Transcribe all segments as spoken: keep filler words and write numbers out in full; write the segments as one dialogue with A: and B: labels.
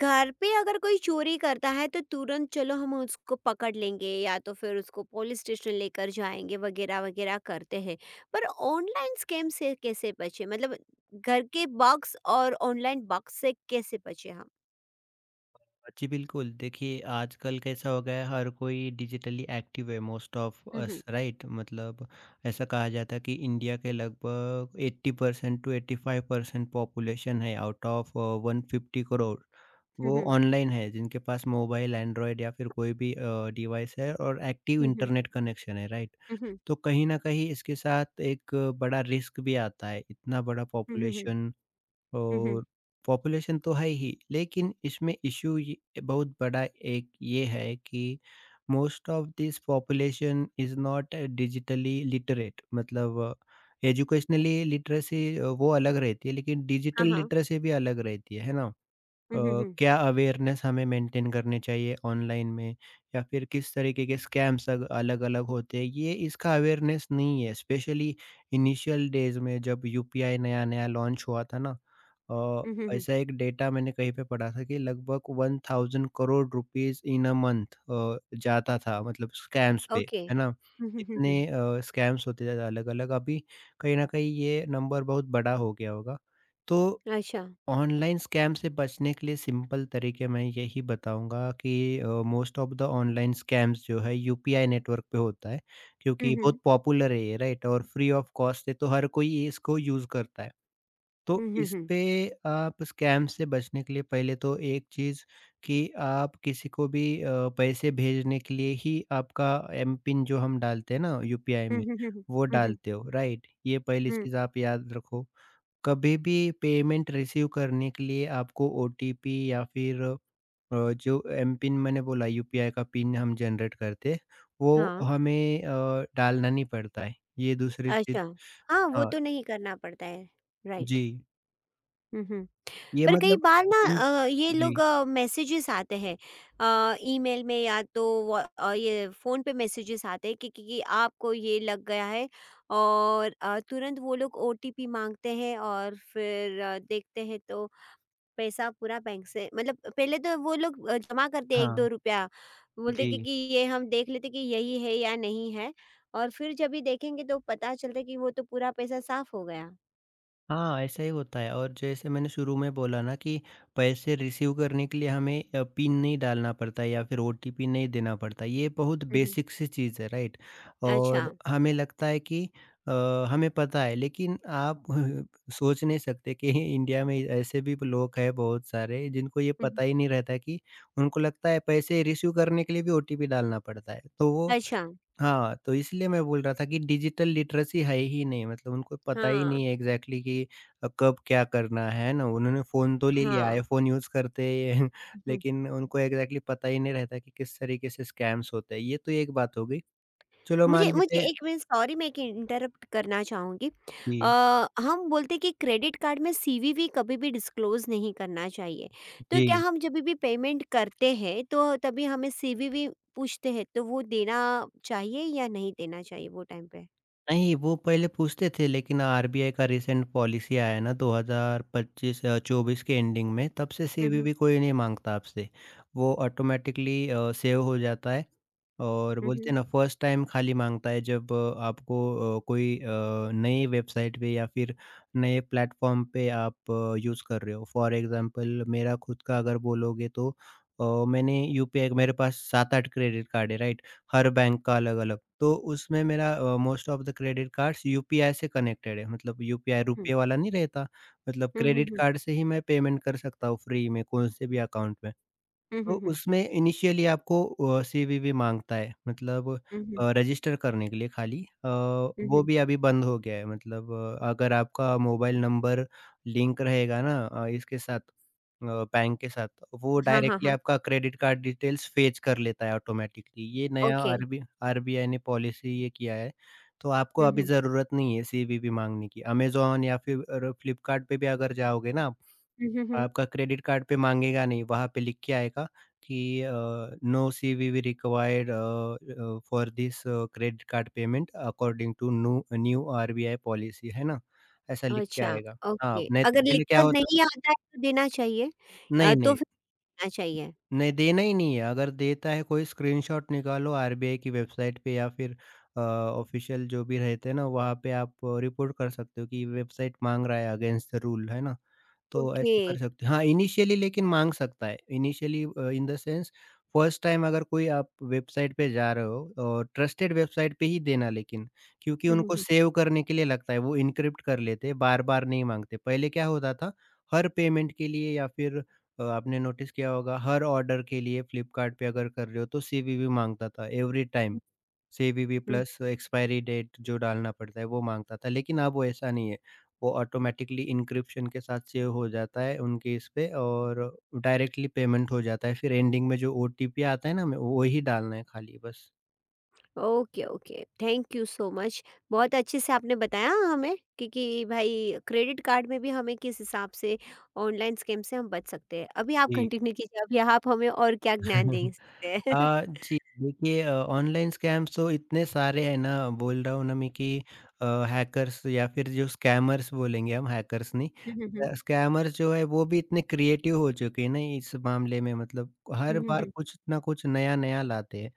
A: घर पे अगर कोई चोरी करता है तो तुरंत चलो हम उसको पकड़ लेंगे या तो फिर उसको पुलिस स्टेशन लेकर जाएंगे वगैरह वगैरह करते हैं। पर ऑनलाइन स्कैम से कैसे बचे मतलब। घर के बॉक्स और ऑनलाइन बॉक्स से कैसे बचे हम।
B: जी बिल्कुल, देखिए आजकल कैसा हो गया है हर कोई डिजिटली एक्टिव है मोस्ट ऑफ
A: हम्म।
B: Us right? मतलब ऐसा कहा जाता है कि इंडिया के लगभग eighty percent to eighty five percent population है आउट ऑफ अ, डेढ़ सौ करोड़। वो
A: हम्म।
B: ऑनलाइन है जिनके पास मोबाइल, एंड्रॉयड या फिर कोई भी अ, डिवाइस है और एक्टिव
A: हम्म।
B: इंटरनेट कनेक्शन है, राइट?
A: हम्म।
B: तो कहीं न कहीं इसके साथ एक अ, बड़ा रिस्क भी आता है, इतना बड़ा
A: हम्म।
B: पॉपुलेशन
A: हम्म।
B: और पॉपुलेशन तो है ही, लेकिन इसमें इश्यू ये बहुत बड़ा एक ये है कि most of this population is not digitally literate. मतलब एजुकेशनली लिटरेसी वो अलग रहती है, लेकिन
A: हाँ
B: डिजिटल
A: हाँ।
B: लिटरेसी भी अलग रहती है, है ना? अ,
A: हम्म।
B: क्या अवेयरनेस हमें मेंटेन करने चाहिए ऑनलाइन में या फिर किस तरीके के स्कैम्स अलग-अलग होते हैं ये इसका अवेयरनेस नहीं है। स्पेशली इनिशियल डेज में जब यूपीआई नया-नया लॉन्च हुआ था ना, अ,
A: हम्म।
B: ऐसा एक डेटा मैंने कहीं पे पढ़ा था कि लगभग एक हज़ार crore rupees in a month uh, जाता था मतलब स्कैम्स पे,
A: ओके।
B: है ना? इतने
A: हम्म।
B: अ, स्कैम्स होते थे अलग-अलग। अभी कहीं न कहीं ये नंबर बहुत बड़ा हो गया होगा। तो
A: अच्छा।
B: ऑनलाइन स्कैम से बचने के लिए सिंपल तरीके मैं यही बताऊंगा कि most of the online scams जो है यूपीआई नेटवर्क पे होता है क्योंकि
A: हम्म।
B: बहुत पॉपुलर है ये, राइट, और फ्री ऑफ कॉस्ट है तो हर कोई ये इसको यूज करता है। तो इस
A: हम्म।
B: पे आप स्कैम से बचने के लिए पहले तो एक चीज कि आप किसी को भी अ, पैसे भेजने के लिए ही आपका एम पिन जो हम डालते हैं ना यूपीआई में, वो
A: हम्म।
B: डालते हो राइट, ये पहली चीज आप याद रखो। कभी भी पेमेंट रिसीव करने के लिए आपको ओटीपी या फिर अ, जो एमपिन मैंने बोला यूपीआई का पिन हम जनरेट करते हैं, वो
A: हाँ।
B: हमें अ, डालना नहीं पड़ता है। ये दूसरी चीज़।
A: अच्छा। हाँ वो
B: हाँ,
A: तो नहीं करना पड़ता है। राइट।
B: जी।
A: हुँ, हुँ।
B: ये
A: पर कई
B: मतलब
A: बार ना
B: उसमें
A: अ, ये लोग
B: जी,
A: अ, मैसेजेस आते हैं, अ, ईमेल में या तो व अ, ये फ़ोन पे मैसेजेस आते हैं कि कि कि आपको ये लग गया है। और अ, तुरंत वो लोग ओटीपी माँगते हैं और फिर अ, देखते हैं तो पैसा पूरा बैंक से मतलब पहले तो वो लोग अ, जमा करते हैं
B: हाँ,
A: एक दो रुपया। बोलते हैं कि
B: जी।
A: कि ये हम देख लेते हैं कि यही है या नहीं है। और फिर जब ये देखेंगे तो पता चलता है कि वो तो पूरा पैसा साफ़ हो गया।
B: हाँ, ऐसा ही होता है और जैसे मैंने शुरू में बोला ना कि पैसे रिसीव करने के लिए हमें अ, पिन नहीं डालना पड़ता या फिर ओटीपी नहीं देना पड़ता। ये बहुत
A: हुँ, हुँ।
B: बेसिक सी चीज़ है, राइट?
A: अच्छा।
B: और हमें लगता है कि अ, हमें पता है, लेकिन आप सोच नहीं सकते कि इंडिया में ऐसे भी लोग हैं बहुत सारे जिनको ये
A: हुँ, हुँ।
B: पता ही नहीं रहता, कि उनको लगता है पैसे रिसीव करने के लिए भी ओटीपी डालना पड़ता है। तो वो
A: अच्छा।
B: हाँ, तो इसलिए मैं बोल रहा था कि डिजिटल लिटरेसी है ही नहीं, मतलब उनको पता ही
A: हाँ।
B: नहीं है एग्ज़ैक्टली कि अ, कब क्या करना है, है ना? उन्होंने फ़ोन तो ले लिया है,
A: हाँ,
B: फ़ोन यूज़ करते हैं,
A: हुँ।
B: लेकिन उनको एग्ज़ैक्टली पता ही नहीं रहता कि किस तरीके से स्कैम्स होते हैं। ये तो एक बात हो गई। चलो, मान
A: मुझे
B: लेते
A: मुझे
B: हैं।
A: एक मिनट, सॉरी, मैं एक इंटरप्ट करना चाहूँगी। अ,
B: जी,
A: हम बोलते हैं कि क्रेडिट कार्ड में सीवीवी कभी भी डिस्क्लोज़ नहीं करना चाहिए। तो क्या
B: जी।
A: हम जब भी पेमेंट करते हैं तो तभी हमें सीवीवी पूछते हैं तो वो देना चाहिए या नहीं देना चाहिए वो टाइम पे?
B: नहीं, वो पहले पूछते थे लेकिन आरबीआई का रिसेंट पॉलिसी आया है ना, दो हज़ार पच्चीस अ, चौबीस के एंडिंग में, तब से
A: हुँ, हुँ।
B: सीवीवी कोई नहीं माँगता आपसे। वो ऑटोमैटिकली अ, सेव हो जाता है और
A: हुँ,
B: बोलते
A: हुँ।
B: हैं ना, फर्स्ट टाइम खाली माँगता है जब अ, आपको अ, कोई अ, नई वेबसाइट पे या फिर नए प्लेटफ़ॉर्म पे आप यूज़ कर रहे हो। फॉर एग्ज़ाम्पल मेरा खुद का अगर बोलोगे तो अ, मैंने यूपीआई मेरे पास सात आठ क्रेडिट कार्ड है, राइट? हर बैंक का अलग-अलग। तो उसमें मेरा अ, most of the credit cards UPI से कनेक्टेड है, मतलब यूपीआई
A: हुँ,
B: रुपए वाला नहीं रहता, मतलब
A: हुँ, हुँ,
B: क्रेडिट
A: हुँ।
B: कार्ड से ही मैं पेमेंट कर सकता हूँ फ्री में, कौन से भी अकाउंट में।
A: हुँ,
B: तो
A: हुँ, हुँ।
B: उसमें इनिशियली आपको अ, सीवीवी माँगता है मतलब
A: हुँ, हुँ।
B: अ, रजिस्टर करने के लिए खाली, अ,
A: हुँ,
B: वो
A: हुँ।
B: भी अभी बंद हो गया है। मतलब अ, अगर आपका मोबाइल नंबर लिंक रहेगा ना अ, इसके साथ, अ, बैंक के साथ, वो
A: हाँ, हाँ,
B: डायरेक्टली
A: हाँ।
B: आपका क्रेडिट कार्ड डिटेल्स फेच कर लेता है ऑटोमेटिकली। ये नया
A: ओके।
B: आरबी आरबीआई ने पॉलिसी ये किया है। तो आपको
A: हुँ,
B: अभी
A: हुँ।
B: ज़रूरत नहीं है सीवीवी माँगने की। अमेज़न या फिर फ्लिपकार्ट पे भी अगर जाओगे ना,
A: हुँ, हुँ, हुँ।
B: आपका क्रेडिट कार्ड पे माँगेगा नहीं, वहाँ पे लिख के आएगा कि अ, no CVV required uh, for this credit card payment according to new new RBI policy, है ना? ऐसा लिख के
A: अच्छा,
B: आएगा। हाँ,
A: ओके।
B: नहीं तो
A: अगर
B: पहले क्या
A: लिखकर
B: होता था।
A: नहीं आता है तो देना चाहिए। अ,
B: नहीं,
A: तो
B: नहीं,
A: फिर करना चाहिए।
B: नहीं देना ही नहीं है। अगर देता है कोई स्क्रीनशॉट निकालो आरबीआई की वेबसाइट पे या फिर अ, ऑफिशियल जो भी रहते हैं ना, वहाँ पे आप रिपोर्ट कर सकते हो कि वेबसाइट माँग रहा है, अगेंस्ट द रूल है ना? तो
A: ओके।
B: ऐसा कर सकते। हाँ, इनिशियली लेकिन माँग सकता है। इनिशियली अ, in the sense first time अगर कोई आप वेबसाइट पे जा रहे हो, और ट्रस्टेड वेबसाइट पे ही देना लेकिन, क्योंकि
A: हुँ, हुँ,
B: उनको
A: हुँ।
B: सेव करने के लिए लगता है, वो एन्क्रिप्ट कर लेते हैं, बार-बार नहीं माँगते। पहले क्या होता था, हर पेमेंट के लिए या फिर अ, आपने नोटिस किया होगा हर ऑर्डर के लिए फ्लिपकार्ट पे अगर कर रहे हो तो सीवीवी माँगता था एवरी टाइम।
A: हुँ,
B: सीवीवी
A: हुँ।
B: प्लस एक्सपायरी डेट जो डालना पड़ता है वो माँगता था, लेकिन अब वैसा नहीं है। वो ऑटोमेटिकली एन्क्रिप्शन के साथ सेव हो जाता है उनके इस पे और डायरेक्टली पेमेंट हो जाता है। फिर एंडिंग में जो ओटीपी आता है ना हमें, वही डालना है खाली बस।
A: Okay, okay. Thank you so much. बहुत अच्छे से आपने बताया हमें कि कि भाई क्रेडिट कार्ड में भी हमें किस हिसाब से ऑनलाइन स्कैम से हम बच सकते हैं। अभी आप
B: जी।
A: कंटिन्यू कीजिए, अभी आप हमें और क्या ज्ञान दे सकते
B: अ,
A: हैं?
B: जी, देखिए अ, ऑनलाइन स्कैम्स तो इतने सारे हैं ना, बोल रहा हूँ ना मैं कि अ, हैकर्स या फिर जो स्कैमर्स बोलेंगे हम, हैकर्स नहीं।
A: हुँ,
B: अ, स्कैमर्स जो है वो भी इतने क्रिएटिव हो चुके हैं ना इस मामले में, मतलब
A: हुँ,
B: हर
A: हुँ। हुँ, हुँ,
B: बार
A: हुँ।
B: कुछ ना कुछ नया-नया लाते हैं।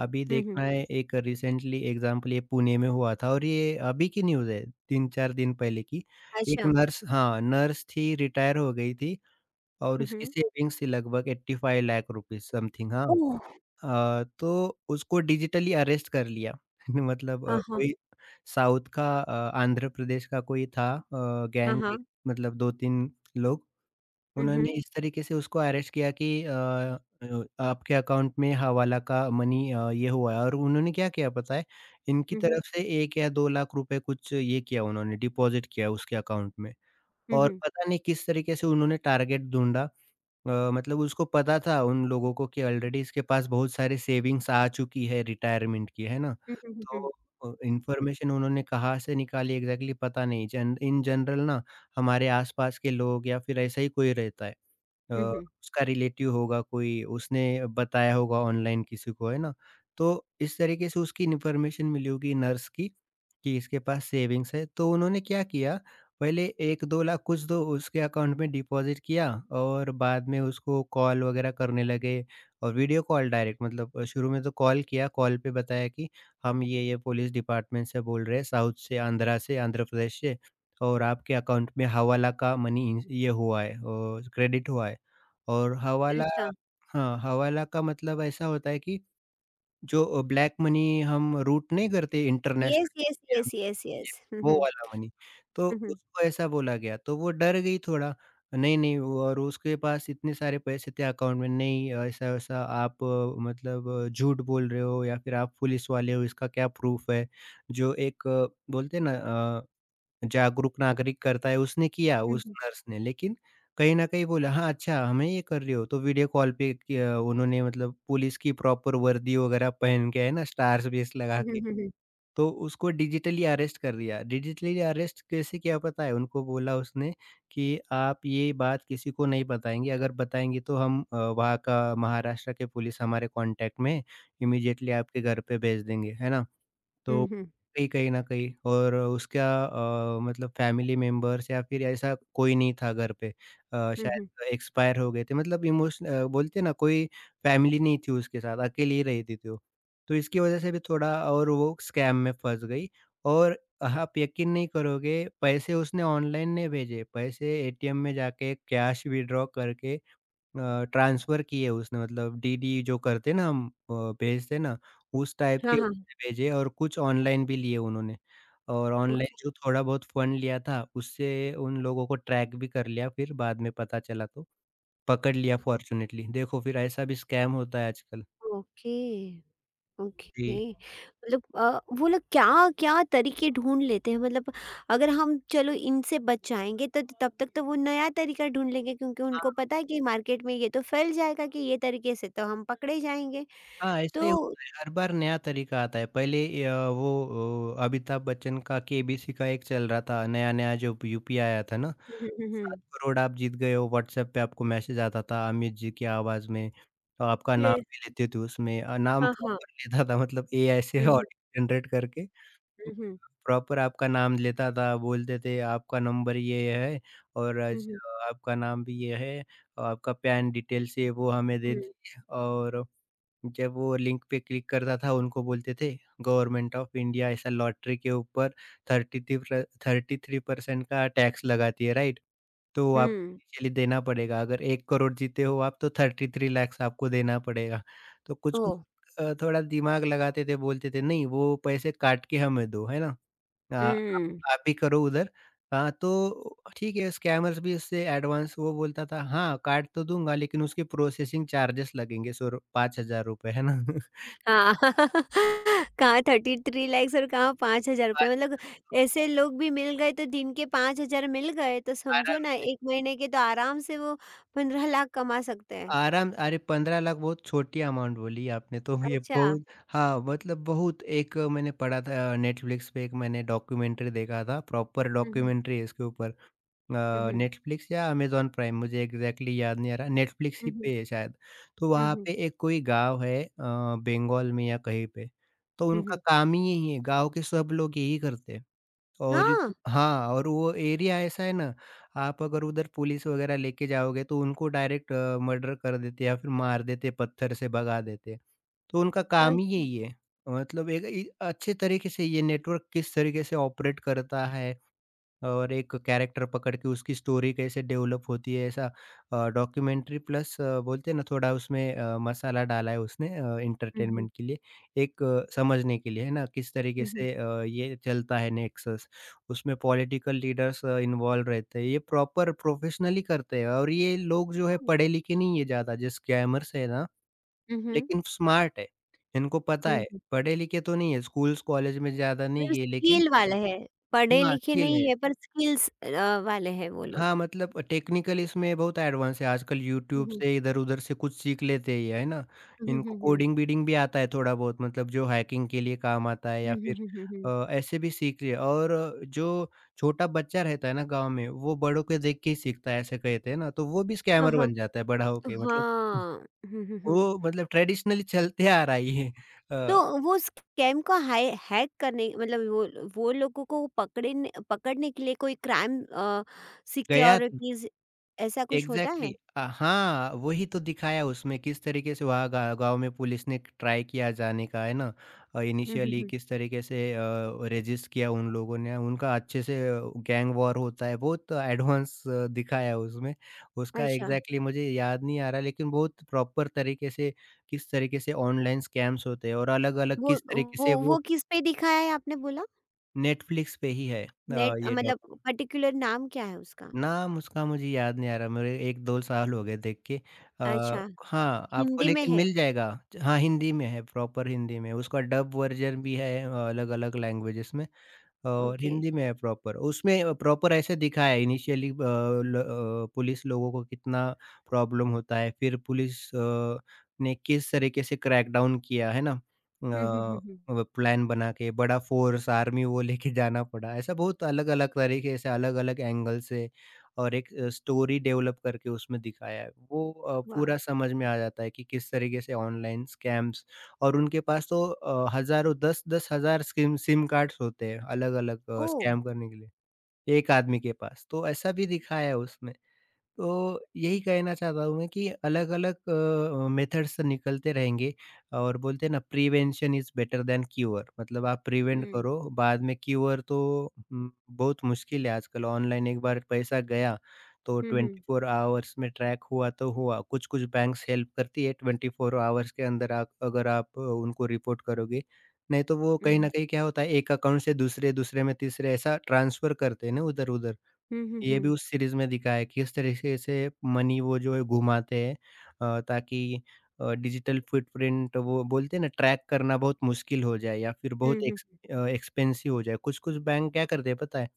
B: अभी
A: हुँ,
B: देखना
A: हुँ।
B: है, एक रिसेंटली एग्ज़ाम्पल ये पुणे में हुआ था और ये अभी की न्यूज़ है, तीन चार दिन पहले की। एक
A: अच्छा।
B: नर्स, हाँ, नर्स थी रिटायर हो गई थी और
A: हुँ,
B: उसकी
A: हुँ।
B: सेविंग्स थी लगभग पचासी लाख रुपीज़ समथिंग, हाँ।
A: ओह!
B: अ, तो उसको डिजिटली अरेस्ट कर लिया। मतलब अ,
A: हाँ, हाँ।
B: कोई साउथ का अ, आंध्र प्रदेश का कोई था अ,
A: हाँ,
B: गैंग
A: हाँ।
B: लीडर, मतलब दो तीन लोग,
A: हुँ,
B: उन्होंने
A: हुँ।
B: इस तरीके से उसको अरेस्ट किया कि अ अ, आपके अकाउंट में हवाला का मनी अ, ये हुआ है और उन्होंने क्या किया पता है? इनकी
A: हुँ, हुँ।
B: तरफ से एक या दो लाख रुपए कुछ ये किया, उन्होंने डिपॉज़िट किया उसके अकाउंट में।
A: हुँ,
B: और
A: हुँ।
B: पता नहीं किस तरीके से उन्होंने टारगेट ढूँढा, अ, मतलब उसको पता था उन लोगों को कि ऑलरेडी इसके पास बहुत सारे सेविंग्स आ चुकी है रिटायरमेंट की, है ना?
A: हुँ, हुँ, हुँ, हुँ।
B: तो अ, इन्फॉर्मेशन उन्होंने कहाँ से निकाली एग्ज़ैक्टली पता नहीं। जन इन जनरल ना, हमारे आस-पास के लोग या फिर ऐसा ही कोई रहता है। अ,
A: हुँ, हुँ।
B: उसका रिलेटिव होगा कोई, उसने बताया होगा ऑनलाइन किसी को, है ना? तो इस तरीके से उसकी इन्फॉर्मेशन मिली होगी नर्स की, कि इसके पास सेविंग्स है। तो उन्होंने क्या किया, पहले एक दो लाख कुछ तो उसके अकाउंट में डिपॉज़िट किया और बाद में उसको कॉल वगैरह करने लगे और वीडियो कॉल डायरेक्ट। मतलब अ, शुरू में तो कॉल किया, कॉल पे बताया कि हम ये-ये पुलिस डिपार्टमेंट से बोल रहे हैं, साउथ से, आंध्रा से, आंध्र प्रदेश से, और आपके अकाउंट में हवाला का मनी ये हुआ है, अ, क्रेडिट हुआ है। और हवाला
A: अच्छा।
B: हाँ, हवाला का मतलब ऐसा होता है कि जो अ, ब्लैक मनी हम रूट नहीं करते
A: येस,
B: इंटरनेशनली
A: येस,
B: इंडिया में,
A: येस, येस, येस। हुँ,
B: वो
A: हुँ।
B: वाला मनी। तो
A: हुँ, हुँ।
B: उसको ऐसा बोला गया, तो वो डर गई थोड़ा। नहीं, नहीं वो- और उसके पास इतने सारे पैसे थे अकाउंट में, नहीं ऐसा-वैसा आप अ, मतलब अ, झूठ बोल रहे हो या फिर आप पुलिस वाले हो, इसका क्या प्रूफ़ है? जो एक अ, बोलते हैं ना अ जागरूक नागरिक करता है, उसने किया
A: हुँ,
B: उस
A: हुँ।
B: नर्स ने, लेकिन कहीं न कहीं बोला, "हाँ, अच्छा, हमें ये कर रही हो।" तो वीडियो कॉल पे किया उन्होंने, मतलब पुलिस की प्रॉपर वर्दी वगैरह पहन के, है ना, स्टार्स-बेस लगा
A: हुँ, हुँ,
B: के,
A: हुँ, हुँ।
B: तो उसको डिजिटली अरेस्ट कर दिया। डिजिटली अरेस्ट कैसे किया पता है? उनको बोला उसने कि, "आप ये बात किसी को नहीं बताएँगे, अगर बताएँगे तो हम अ, वहाँ का महाराष्ट्र के पुलिस हमारे कॉन्टैक्ट में है, इमीडिएटली आपके घर पे भेज देंगे।" है ना? तो
A: हुँ, हुँ।
B: कहीं कहीं न कहीं, और उसका अ, मतलब फैमिली मेंबर्स या फिर ऐसा कोई नहीं था घर पे, अ,
A: हुँ, हुँ।
B: शायद एक्सपायर हो गए थे। मतलब इमोशन, अ, बोलते हैं ना, कोई फैमिली नहीं थी उसके साथ, अकेली ही रहती थी वो। तो इसकी वजह से भी थोड़ा और वो स्कैम में फँस गई। और आप यकीन नहीं करोगे, पैसे उसने ऑनलाइन नहीं भेजे, पैसे एटीएम में जाके कैश विथड्रॉ करके अ, ट्रांसफ़र किए उसने। मतलब डीडी जो करते ना हम, अ, भेजते ना, उस टाइप
A: हाँ,
B: के
A: हाँ।
B: उसने भेजे और कुछ ऑनलाइन भी लिए उन्होंने। और
A: ओके,
B: ऑनलाइन जो थोड़ा बहुत फ़ंड लिया था, उससे उन लोगों को ट्रैक भी कर लिया, फिर बाद में पता चला तो पकड़ लिया फ़ॉर्च्यूनेटली। देखो, फिर ऐसा भी स्कैम होता है आजकल।
A: ओके,
B: जी।
A: ओके। मतलब अ, वो लोग क्या-क्या तरीके ढूँढ लेते हैं मतलब, अगर हम चलो इनसे बच जाएँगे तो तब तक तो वो नया तरीका ढूँढ लेंगे क्योंकि उनको
B: हाँ,
A: पता है कि मार्केट में ये तो फैल जाएगा कि ये तरीके से तो हम पकड़े जाएँगे।
B: हाँ, ऐसा ही
A: तो।
B: होता है, हर बार नया तरीका आता है। पहले य वो अ, अमिताभ बच्चन का केबीसी का एक चल रहा था, नया-नया जो यूपीआई आया था ना?
A: हुँ, हुँ, हुँ,
B: सात
A: हुँ।
B: करोड़ आप जीत गए हो, व्हाट्सएप पे आपको मैसेज आता था अमित जी की आवाज़ में, और आपका नाम
A: ये।
B: भी लेते थे उसमें। अ, नाम
A: हाँ, हाँ।
B: प्रॉपर लेता था, मतलब एआई से
A: हुँ, हुँ,
B: ऑडियो जनरेट करके
A: हुँ, हुँ,
B: प्रॉपर आपका नाम लेता था। बोलते थे आपका नंबर ये है, और
A: हुँ,
B: आज
A: हुँ,
B: आपका नाम भी ये है, और आपका पैन डिटेल्स ये वो हमें दे
A: हुँ,
B: दीजिए। और जब वो लिंक पे क्लिक करता था, उनको बोलते थे गवर्नमेंट ऑफ इंडिया ऐसा लॉटरी के ऊपर तैंतीस प्र तैंतीस परसेंट का टैक्स लगाती है, राइट? तो आपको
A: हुँ।
B: इनिशियली देना पड़ेगा। अगर एक करोड़ जीते हो आप, तो तैंतीस लैक्स आपको देना पड़ेगा। तो कुछ-कुछ
A: ओह!
B: अ, थोड़ा दिमाग लगाते थे, बोलते थे नहीं वो पैसे काट के हमें दो, है ना? अ, आप
A: हुँ।
B: आप भी करो उधर। हाँ, तो ठीक है स्कैमर्स भी उससे एडवांस वो बोलता था, हाँ, काट तो दूँगा लेकिन उसके प्रोसेसिंग चार्जेस लगेंगे सौ रु ₹पाँच हज़ार रुपए, है ना?
A: हाँ कहाँ तैंतीस लैक्स और कहाँ पाँच हज़ार रुपए मतलब,
B: पाँच।
A: ऐसे लोग भी मिल गए तो दिन के पाँच हज़ार मिल गए तो समझो
B: आराम
A: ना
B: से
A: एक महीने के तो आराम से वो पंद्रह लाख कमा सकते हैं।
B: आराम, अरे पंद्रह लाख बहुत छोटी अमाउंट बोली आपने, तो ये
A: अच्छा।
B: बहुत। हाँ मतलब बहुत एक मैंने पढ़ा था, नेटफ्लिक्स पे एक मैंने डॉक्यूमेंट्री देखा था, प्रॉपर
A: हुँ, हुँ,
B: डॉक्यूमेंट्री है इसके ऊपर।
A: हुँ,
B: नेटफ्लिक्स या अमेजॉन प्राइम, मुझे एग्जैक्टली exactly याद नहीं आ रहा, नेटफ्लिक्स
A: हुँ,
B: ही
A: हुँ, हुँ,
B: पे है शायद। तो
A: हुँ,
B: वहाँ
A: हुँ,
B: पे एक कोई गांव है अ, बंगाल में या कहीं पे। तो
A: हुँ,
B: उनका
A: हुँ।
B: काम ही यही है, गांव के सब लोग यही करते हैं। और एक
A: हाँ,
B: हाँ, और वो एरिया ऐसा है ना, आप अगर उधर पुलिस वगैरह लेके जाओगे, तो उनको डायरेक्ट अ, मर्डर कर देते या फिर मार देते, पत्थर से भगा देते। तो उनका काम ही
A: अच्छा।
B: यही है। मतलब एक इ अच्छे तरीके से ये नेटवर्क किस तरीके से ऑपरेट करता है और एक कैरेक्टर पकड़ के उसकी स्टोरी कैसे डेवलप होती है, ऐसा अ, डॉक्यूमेंट्री, प्लस अ, बोलते हैं ना, थोड़ा उसमें अ, मसाला डाला है उसने अ,
A: हुँ, हुँ,
B: एंटरटेनमेंट के लिए, एक अ, समझने के लिए, है ना, किस तरीके
A: हुँ, हुँ।
B: से अ, ये चलता है नेक्सस। उसमें पॉलिटिकल लीडर्स इन्वॉल्व रहते हैं, ये प्रॉपर प्रोफेशनली करते हैं, और ये लोग जो है
A: हाँ।
B: पढ़े लिखे नहीं है ज़्यादा, जो स्कैमर्स है ना,
A: हुँ, हुँ,
B: लेकिन स्मार्ट है। इनको पता
A: हुँ,
B: है
A: हुँ।
B: पढ़े लिखे तो नहीं है, स्कूल्स कॉलेज में ज़्यादा नहीं
A: मतलब
B: गए, लेकिन
A: स्किल वाले हैं, पढ़े
B: हाँ
A: लिखे
B: स्किल है।
A: नहीं है पर स्किल्स अ, वाले हैं वो
B: हाँ,
A: लोग।
B: मतलब टेक्निकल इसमें बहुत एडवांस है, आजकल
A: हुँ,
B: यूट्यूब
A: हुँ,
B: से इधर-उधर से कुछ सीख लेते ही है ना?
A: हुँ,
B: इनको
A: हुँ, हुँ,
B: कोडिंग-बीडिंग भी आता है थोड़ा बहुत, मतलब जो हैकिंग के लिए काम आता है,
A: हुँ,
B: या
A: हुँ,
B: फिर
A: हुँ, हुँ, हुँ।
B: अ, ऐसे भी सीख लिया। और जो छोटा बच्चा रहता है ना गाँव में, वो बड़ों को देख के ही सीखता है ऐसे कहते हैं ना, तो वो भी
A: हाँ,
B: स्कैमर
A: हाँ।
B: बन जाता है बड़ा होके मतलब।
A: हाँ। हुँ, हुँ, हुँ।
B: वो मतलब ट्रेडिशनली चलते आ रहा है ये।
A: तो
B: अ,
A: वो स्कैम को हाय हैक करने मतलब वो वो लोगों को पकड़ने पकड़ने के लिए कोई क्राइम अ,
B: गया तो
A: सिक्योरिटीज़ ऐसा कुछ होता है?
B: एग्ज़ैक्टली, अ, हाँ, वही तो दिखाया उसमें किस तरीके से वहाँ गा गाँव में पुलिस ने ट्राई किया जाने का, है ना? अ,
A: हुँ, हुँ,
B: इनिशियली
A: हुँ।
B: किस तरीके से अ, रेजिस्ट किया उन लोगों ने, उनका अच्छे से गैंग वॉर होता है, बहुत एडवांस दिखाया उसमें। उसका
A: अच्छा,
B: एग्ज़ैक्टली मुझे याद नहीं आ रहा लेकिन बहुत प्रॉपर तरीके से किस तरीके से ऑनलाइन स्कैम्स होते हैं और अलग-अलग
A: वो
B: किस तरीके
A: वो
B: से
A: वो
B: वो।
A: किस पे दिखाया है आपने बोला?
B: नेटफ्लिक्स पे ही है अ,
A: नेट
B: ये
A: मतलब।
B: डॉक्यूमेंट्री।
A: पर्टिकुलर नाम क्या है उसका?
B: नाम उसका मुझे याद नहीं आ रहा, मेरे एक दो साल हो गए देख के। अ,
A: अच्छा,
B: हाँ, आपको
A: हिंदी में
B: लेकिन
A: है?
B: मिल जाएगा। हाँ, हिंदी में है, प्रॉपर हिंदी में। उसका डब वर्ज़न भी है अ, अलग-अलग लैंग्वेजेज़ में। और
A: ओके।
B: हिंदी में है प्रॉपर। उसमें प्रॉपर ऐसे दिखाया है इनिशियली, अ, ल अ, पुलिस लोगों को कितना प्रॉब्लम होता है, फिर पुलिस अ, ने किस तरीके से क्रैकडाउन किया, है ना?
A: हुँ, हुँ, हुँ,
B: अ,
A: हुँ।
B: व प्लान बना के बड़ा फ़ोर्स, आर्मी वो लेके जाना पड़ा। ऐसा बहुत अलग-अलग तरीके से, अलग-अलग एंगल से और एक अ, स्टोरी डेवलप करके उसमें दिखाया है। वो अ,
A: वाव!
B: पूरा समझ में आ जाता है कि किस तरीके से ऑनलाइन स्कैम्स। और उनके पास तो अ, हज़ारों दस दस हज़ार सिम सिम कार्ड्स होते हैं, अलग-अलग अ,
A: ओह!
B: स्कैम करने के लिए, एक आदमी के पास, तो ऐसा भी दिखाया है उसमें। तो यही कहना चाहता हूँ मैं कि अलग-अलग अ, मेथड्स निकलते रहेंगे, और बोलते हैं ना prevention is better than cure, मतलब आप प्रिवेंट
A: हुँ,
B: करो, बाद में क्यूर तो उम, बहुत मुश्किल है आजकल। ऑनलाइन एक बार पैसा गया, तो
A: हुँ, हुँ,
B: चौबीस आवर्स में ट्रैक हुआ तो हुआ। कुछ-कुछ बैंक्स हेल्प करती है चौबीस आवर्स के अंदर, आप अगर आप अ, उनको रिपोर्ट करोगे, नहीं तो वो कहीं
A: हुँ,
B: न कहीं क्या होता है, एक अकाउंट से दूसरे, दूसरे में, तीसरे, ऐसा ट्रांसफ़र करते हैं ना उधर-उधर।
A: हुँ, हुँ, हुँ,
B: ये भी
A: हुँ,
B: उस सीरीज़ में दिखाया है, किस तरीके से मनी वो जो है घुमाते हैं अ, ताकि अ, डिजिटल फुटप्रिंट, वो बोलते हैं ना, ट्रैक करना बहुत मुश्किल हो जाए या फिर
A: हुँ,
B: बहुत एक्स
A: हुँ,
B: अ, एक्सपेंसिव हो जाए। कुछ-कुछ बैंक क्या करते हैं पता है?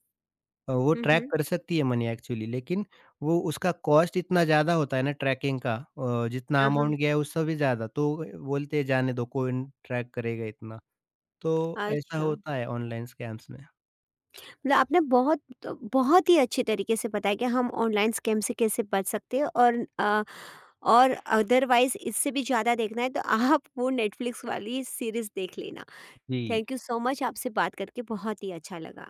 B: अ, वो
A: हुँ,
B: ट्रैक
A: हुँ,
B: कर सकती है मनी एक्चुअली, लेकिन वो उसका कॉस्ट इतना ज़्यादा होता है ना ट्रैकिंग का, अ, जितना
A: हाँ, हाँ।
B: अमाउंट गया है उससे भी ज़्यादा, तो बोलते हैं जाने दो, कौन ट्रैक करेगा इतना। तो ऐसा
A: अच्छा।
B: होता है ऑनलाइन स्कैम्स में।
A: मतलब आपने बहुत बहुत ही अच्छे तरीके से बताया कि हम ऑनलाइन स्कैम से कैसे बच सकते हैं, और अ, और अदरवाइज इससे भी ज़्यादा देखना है तो आप वो नेटफ्लिक्स वाली सीरीज़ देख लेना। थैंक
B: जी।
A: यू सो मच, आपसे बात करके बहुत ही अच्छा लगा।